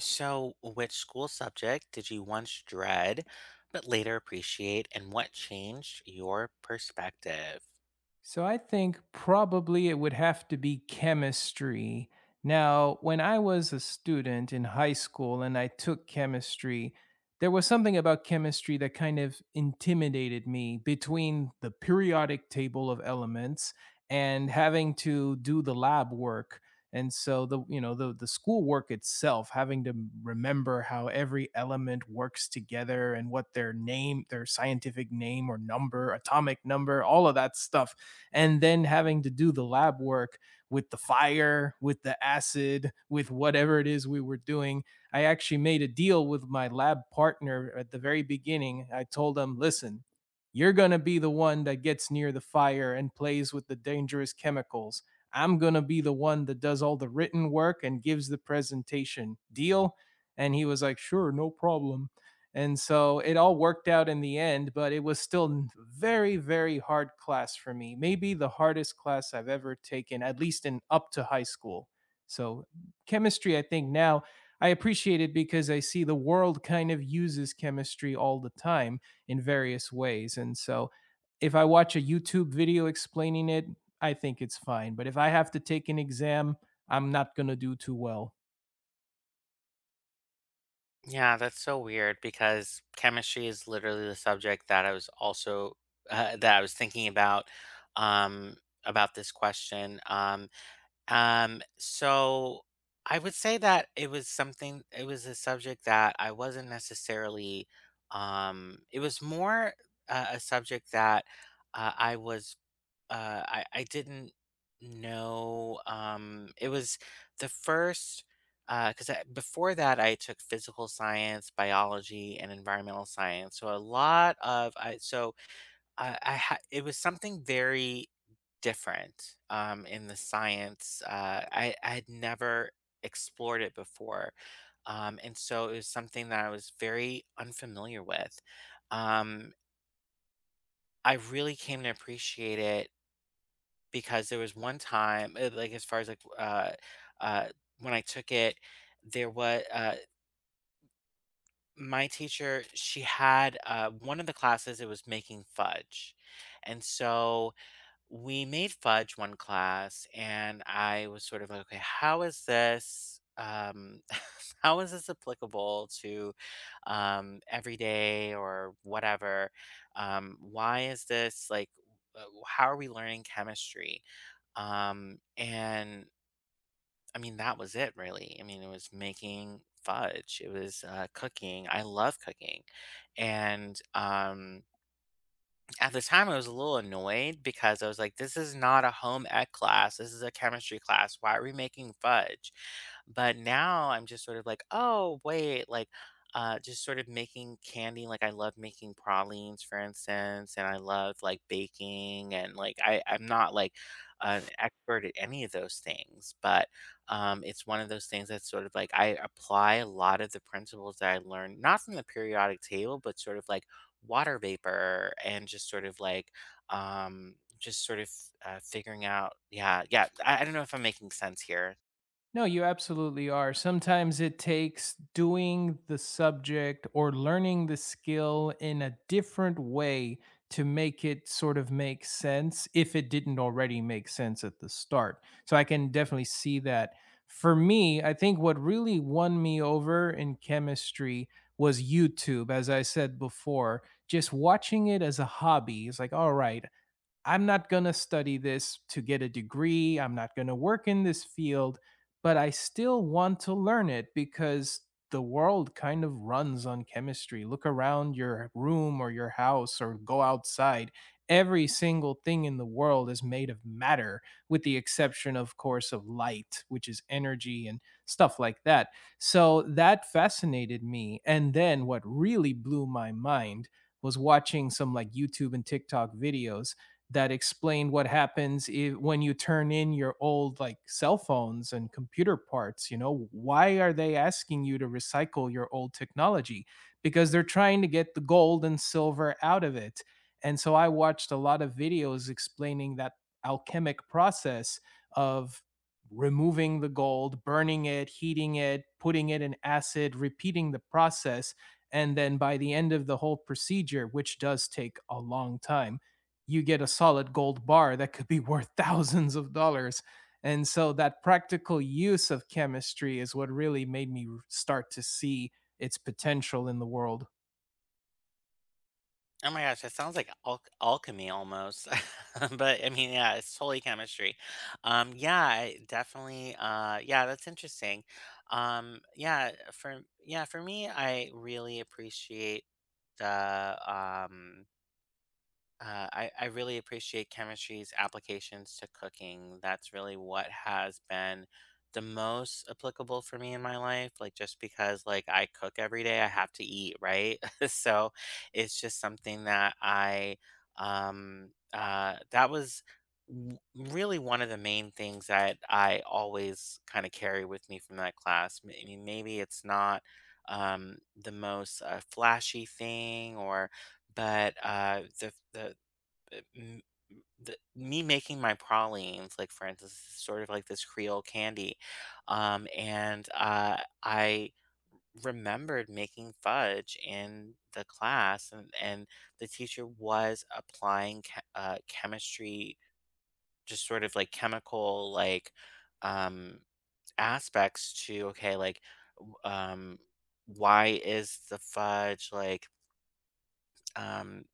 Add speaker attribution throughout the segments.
Speaker 1: So, which school subject did you once dread but later appreciate, and what changed your perspective?
Speaker 2: So I think probably it would have to be chemistry. Now, when I was a student in high school and I took chemistry, there was something about chemistry that kind of intimidated me between the periodic table of elements and having to do the lab work. And so the you know the schoolwork itself, having to remember how every element works together and what their name, their scientific name or number, atomic number, all of that stuff and then having to do the lab work with the fire, with the acid, with whatever it is we were doing. I actually made a deal with my lab partner at the very beginning. I told him, listen, you're going to be the one that gets near the fire and plays with the dangerous chemicals. I'm going to be the one that does all the written work and gives the presentation. Deal? And he was like, sure, no problem. And so it all worked out in the end, but it was still very, very hard class for me. Maybe the hardest class I've ever taken, at least in up to high school. So chemistry, I think now I appreciate it because I see the world kind of uses chemistry all the time in various ways. And so if I watch a YouTube video explaining it, I think it's fine. But if I have to take an exam, I'm not going to do too well.
Speaker 1: Yeah, that's so weird because chemistry is literally the subject that I was also that I was thinking about um about this question. Um so I would say that it was something it was a subject that I wasn't necessarily it was more a subject that I was I didn't know, it was the first because I before that, I took physical science, biology, and environmental science, so a lot of I ha it was something very different, in the science, I had never explored it before, and so it was something that I was very unfamiliar with, um, I really came to appreciate it because there was one time, like, as far as, like, uh, when I took it, there was my teacher, she had, one of the classes, it was making fudge, and so we made fudge one class, and I was sort of like, "Okay, how is this, how is this applicable to, everyday or whatever? Why is this, like, how are we learning chemistry?" And I mean, that was it really. I mean, it was making fudge, it was, cooking. I love cooking. And at the time, I was a little annoyed because I was like, this is not a home ec class. This is a chemistry class. Why are we making fudge? But now I'm just sort of like, oh, wait, like, just sort of making candy. Like, I love making pralines, for instance, and I love like baking. And like, I'm not like an expert at any of those things, but it's one of those things that's sort of like I apply a lot of the principles that I learned, not from the periodic table, but sort of like water vapor and just sort of like just sort of figuring out. I don't know if I'm making sense here.
Speaker 2: No, you absolutely are. Sometimes it takes doing the subject or learning the skill in a different way to make it sort of make sense if it didn't already make sense at the start. So I can definitely see that. For me, I think what really won me over in chemistry was YouTube, as I said before, just watching it as a hobby. It's like, all right, I'm not going to study this to get a degree. I'm not going to work in this field, but I still want to learn it because the world kind of runs on chemistry. Look around your room or your house or go outside. Every single thing in the world is made of matter, with the exception, of course, of light, which is energy and stuff like that. So that fascinated me. And then what really blew my mind was watching some like YouTube and TikTok videos that explained what happens if, when you turn in your old like cell phones and computer parts, you know, why are they asking you to recycle your old technology because they're trying to get the gold and silver out of it. And so I watched a lot of videos explaining that alchemic process of removing the gold, burning it, heating it, putting it in acid, repeating the process. And then by the end of the whole procedure, which does take a long time, you get a solid gold bar that could be worth thousands of dollars. And so that practical use of chemistry is what really made me start to see its potential in the world.
Speaker 1: Oh my gosh, that sounds like alchemy almost, but I mean, yeah, it's totally chemistry. Yeah, I definitely yeah, that's interesting. Yeah, for me, I really appreciate the I really appreciate chemistry's applications to cooking. That's really what has been the most applicable for me in my life. Like, just because, like, I cook every day, I have to eat, right? So it's just something that I, that was really one of the main things that I always kind of carry with me from that class. I mean, maybe it's not, the most flashy thing or but uh, the me making my pralines, like, for instance, is sort of like this Creole candy, and I remembered making fudge in the class, and the teacher was applying chemistry, just sort of, like, chemical, like, um, aspects to, okay, like, w why is the fudge, like, um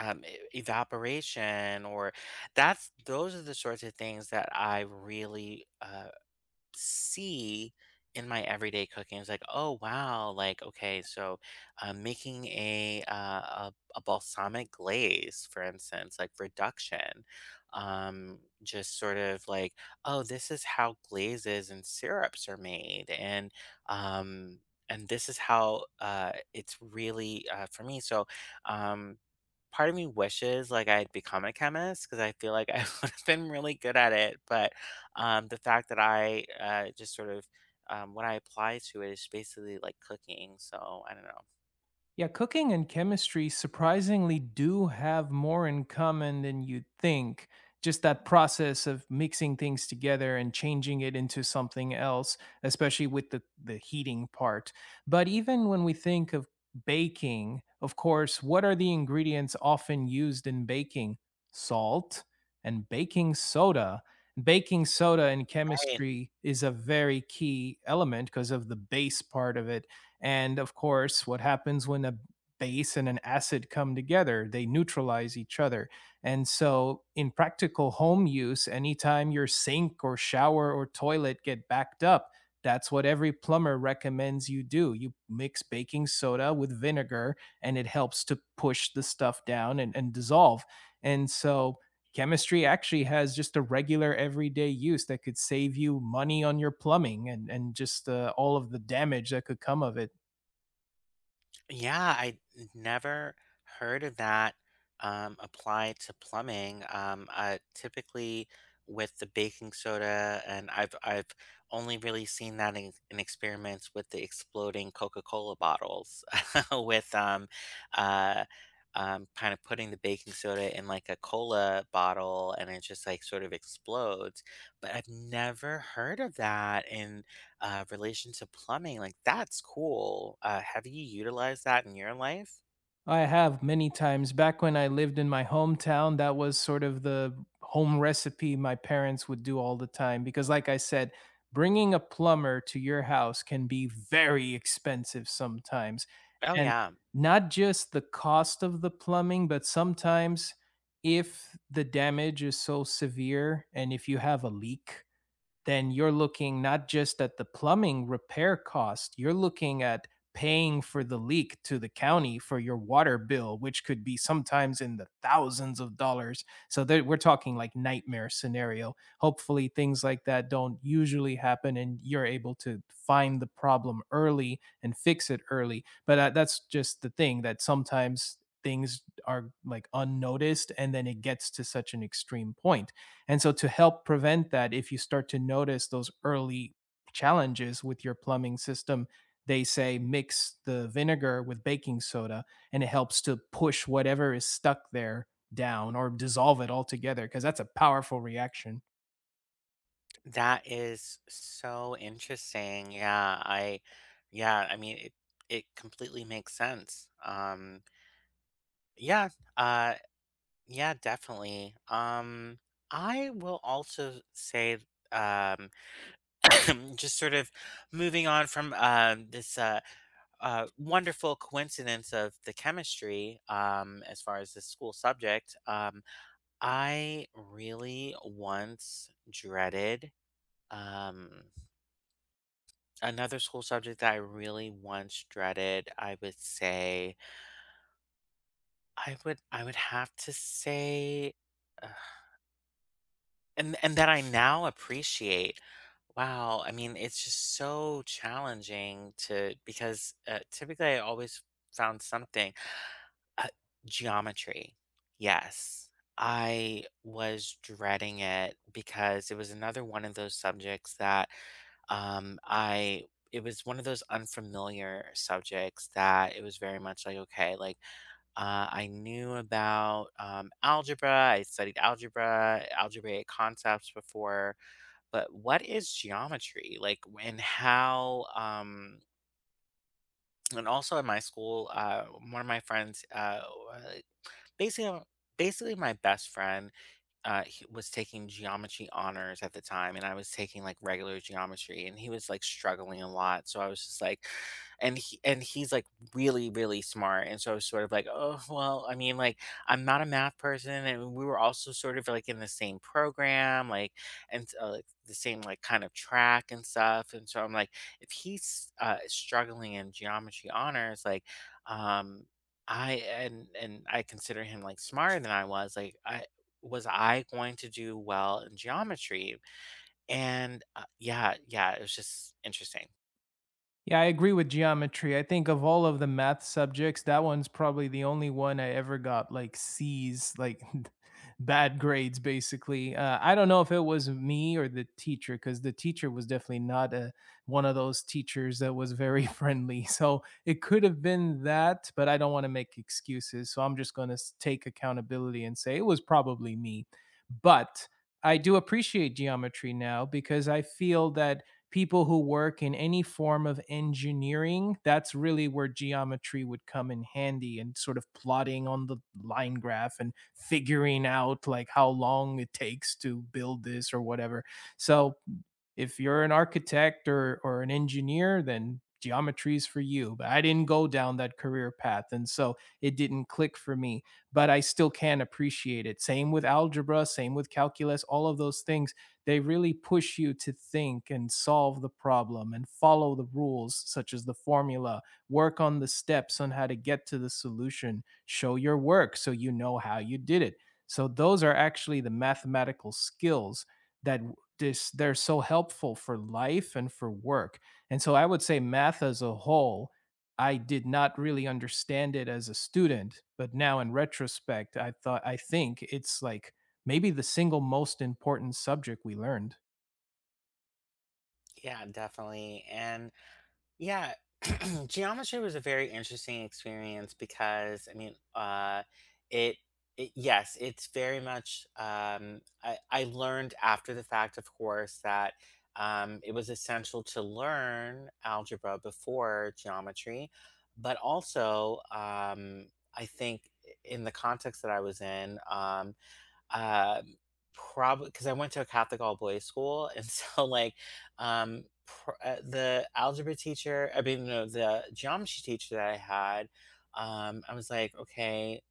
Speaker 1: evaporation or that's those are the sorts of things that I really see in my everyday cooking. It's like, oh wow, like okay, so making a balsamic glaze, for instance, like reduction, just sort of like, oh, this is how glazes and syrups are made, and um, and this is how it's really for me. So um, part of me wishes like I had become a chemist because I feel like I would have been really good at it. But the fact that I just sort of what I apply to is basically like cooking. So I don't know.
Speaker 2: Yeah, cooking and chemistry surprisingly do have more in common than you'd think. Just that process of mixing things together and changing it into something else, especially with the heating part. But even when we think of baking, of course, what are the ingredients often used in baking? Salt and baking soda. Baking soda in chemistry is a very key element because of the base part of it. And of course, what happens when a base and an acid come together? They neutralize each other. And so, in practical home use, anytime your sink or shower or toilet get backed up, that's what every plumber recommends you do. You mix baking soda with vinegar and it helps to push the stuff down and dissolve. And so, chemistry actually has just a regular everyday use that could save you money on your plumbing and just all of the damage that could come of it.
Speaker 1: Yeah, I never heard of that applied to plumbing. Typically, with the baking soda, and I've only really seen that in experiments with the exploding Coca-Cola bottles, with uh, kind of putting the baking soda in like a cola bottle, and it just like sort of explodes. But I've never heard of that in relation to plumbing. Like, that's cool. Have you utilized that in your life?
Speaker 2: I have many times. Back when I lived in my hometown, that was sort of the home recipe my parents would do all the time. Because, like I said, bringing a plumber to your house can be very expensive sometimes.
Speaker 1: Oh
Speaker 2: And
Speaker 1: yeah,
Speaker 2: not just the cost of the plumbing, but sometimes if the damage is so severe and if you have a leak, then you're looking not just at the plumbing repair cost, you're looking at paying for the leak to the county for your water bill, which could be sometimes in the thousands of dollars. So there, we're talking like nightmare scenario. Hopefully, things like that don't usually happen, and you're able to find the problem early and fix it early. But that's just the thing that sometimes things are like unnoticed and then it gets to such an extreme point. And so, to help prevent that, if you start to notice those early challenges with your plumbing system, they say mix the vinegar with baking soda and it helps to push whatever is stuck there down or dissolve it altogether because that's a powerful reaction.
Speaker 1: that is so interesting. Yeah, I mean it. It completely makes sense. Yeah, uh, yeah, definitely. I will also say, um, just sort of moving on from this wonderful coincidence of the chemistry. As far as the school subject. I really once dreaded um, another school subject that I really once dreaded. I would have to say, uh, and that I now appreciate. Wow, I mean, it's just so challenging to because typically I always found something. Uh, geometry. Yes. I was dreading it because it was another one of those subjects that I it was one of those unfamiliar subjects that it was very much like okay like I knew about algebra. I studied algebraic concepts before, but what is geometry like and how and also in my school one of my friends Basically basically my best friend, he was taking geometry honors at the time, and I was taking like regular geometry, and he was like struggling a lot. So I was just like, and he's like really really smart, and so I was sort of like, oh well, I mean like I'm not a math person, and we were also sort of like in the same program, like and like the same like kind of track and stuff, and so I'm like, if he's struggling in geometry honors, like, um, I and I consider him like smarter than I was. Like, I was I going to do well in geometry? And yeah, yeah, it was just interesting.
Speaker 2: Yeah, I agree with geometry. I think of all of the math subjects, that one's probably the only one I ever got like C's, like bad grades, basically. I don't know if it was me or the teacher, because the teacher was definitely not one of those teachers that was very friendly. So it could have been that, but I don't want to make excuses. So I'm just going to take accountability and say it was probably me. But I do appreciate geometry now because I feel that people who work in any form of engineering, that's really where geometry would come in handy and sort of plotting on the line graph and figuring out like how long it takes to build this or whatever. So if you're an architect or an engineer, then geometry is for you. But I didn't go down that career path, and so it didn't click for me. But I still can appreciate it. Same with algebra, same with calculus. All of those things, they really push you to think and solve the problem and follow the rules, such as the formula. Work on the steps on how to get to the solution. Show your work so you know how you did it. So those are actually the mathematical skills that this they're so helpful for life and for work. And so I would say math as a whole, I did not really understand it as a student, but now in retrospect, I think it's like maybe the single most important subject we learned.
Speaker 1: Yeah, definitely. And yeah, geometry was a very interesting experience because I mean, it, it yes, it's very much. I learned after the fact, of course, that it was essential to learn algebra before geometry, but also I think in the context that I was in, um, probably because I went to a Catholic all boys school, and so, like, pr the algebra teacher I mean, no, the geometry teacher that I had, I was like, "Okay,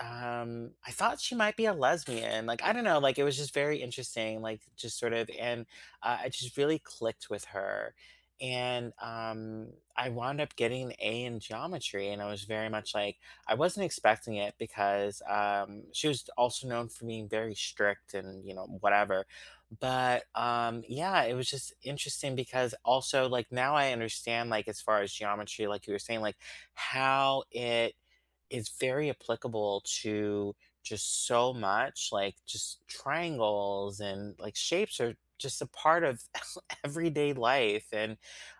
Speaker 1: I thought she might be a lesbian, like, I don't know, like, it was just very interesting, like, just sort of and, I just really clicked with her, and, I wound up getting an A in geometry, and I was very much like I wasn't expecting it because, she was also known for being very strict and, you know, whatever, but, yeah, it was just interesting because also, like, now I understand, like, as far as geometry, like you were saying, like, how it is very applicable to just so much, like, just triangles and, like, shapes are just a part of everyday life, and,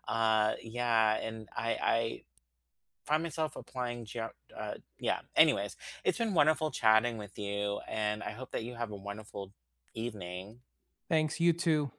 Speaker 1: yeah, and I find myself applying geo yeah, anyways, it's been wonderful chatting with you, and I hope that you have a wonderful evening.
Speaker 2: Thanks, you too.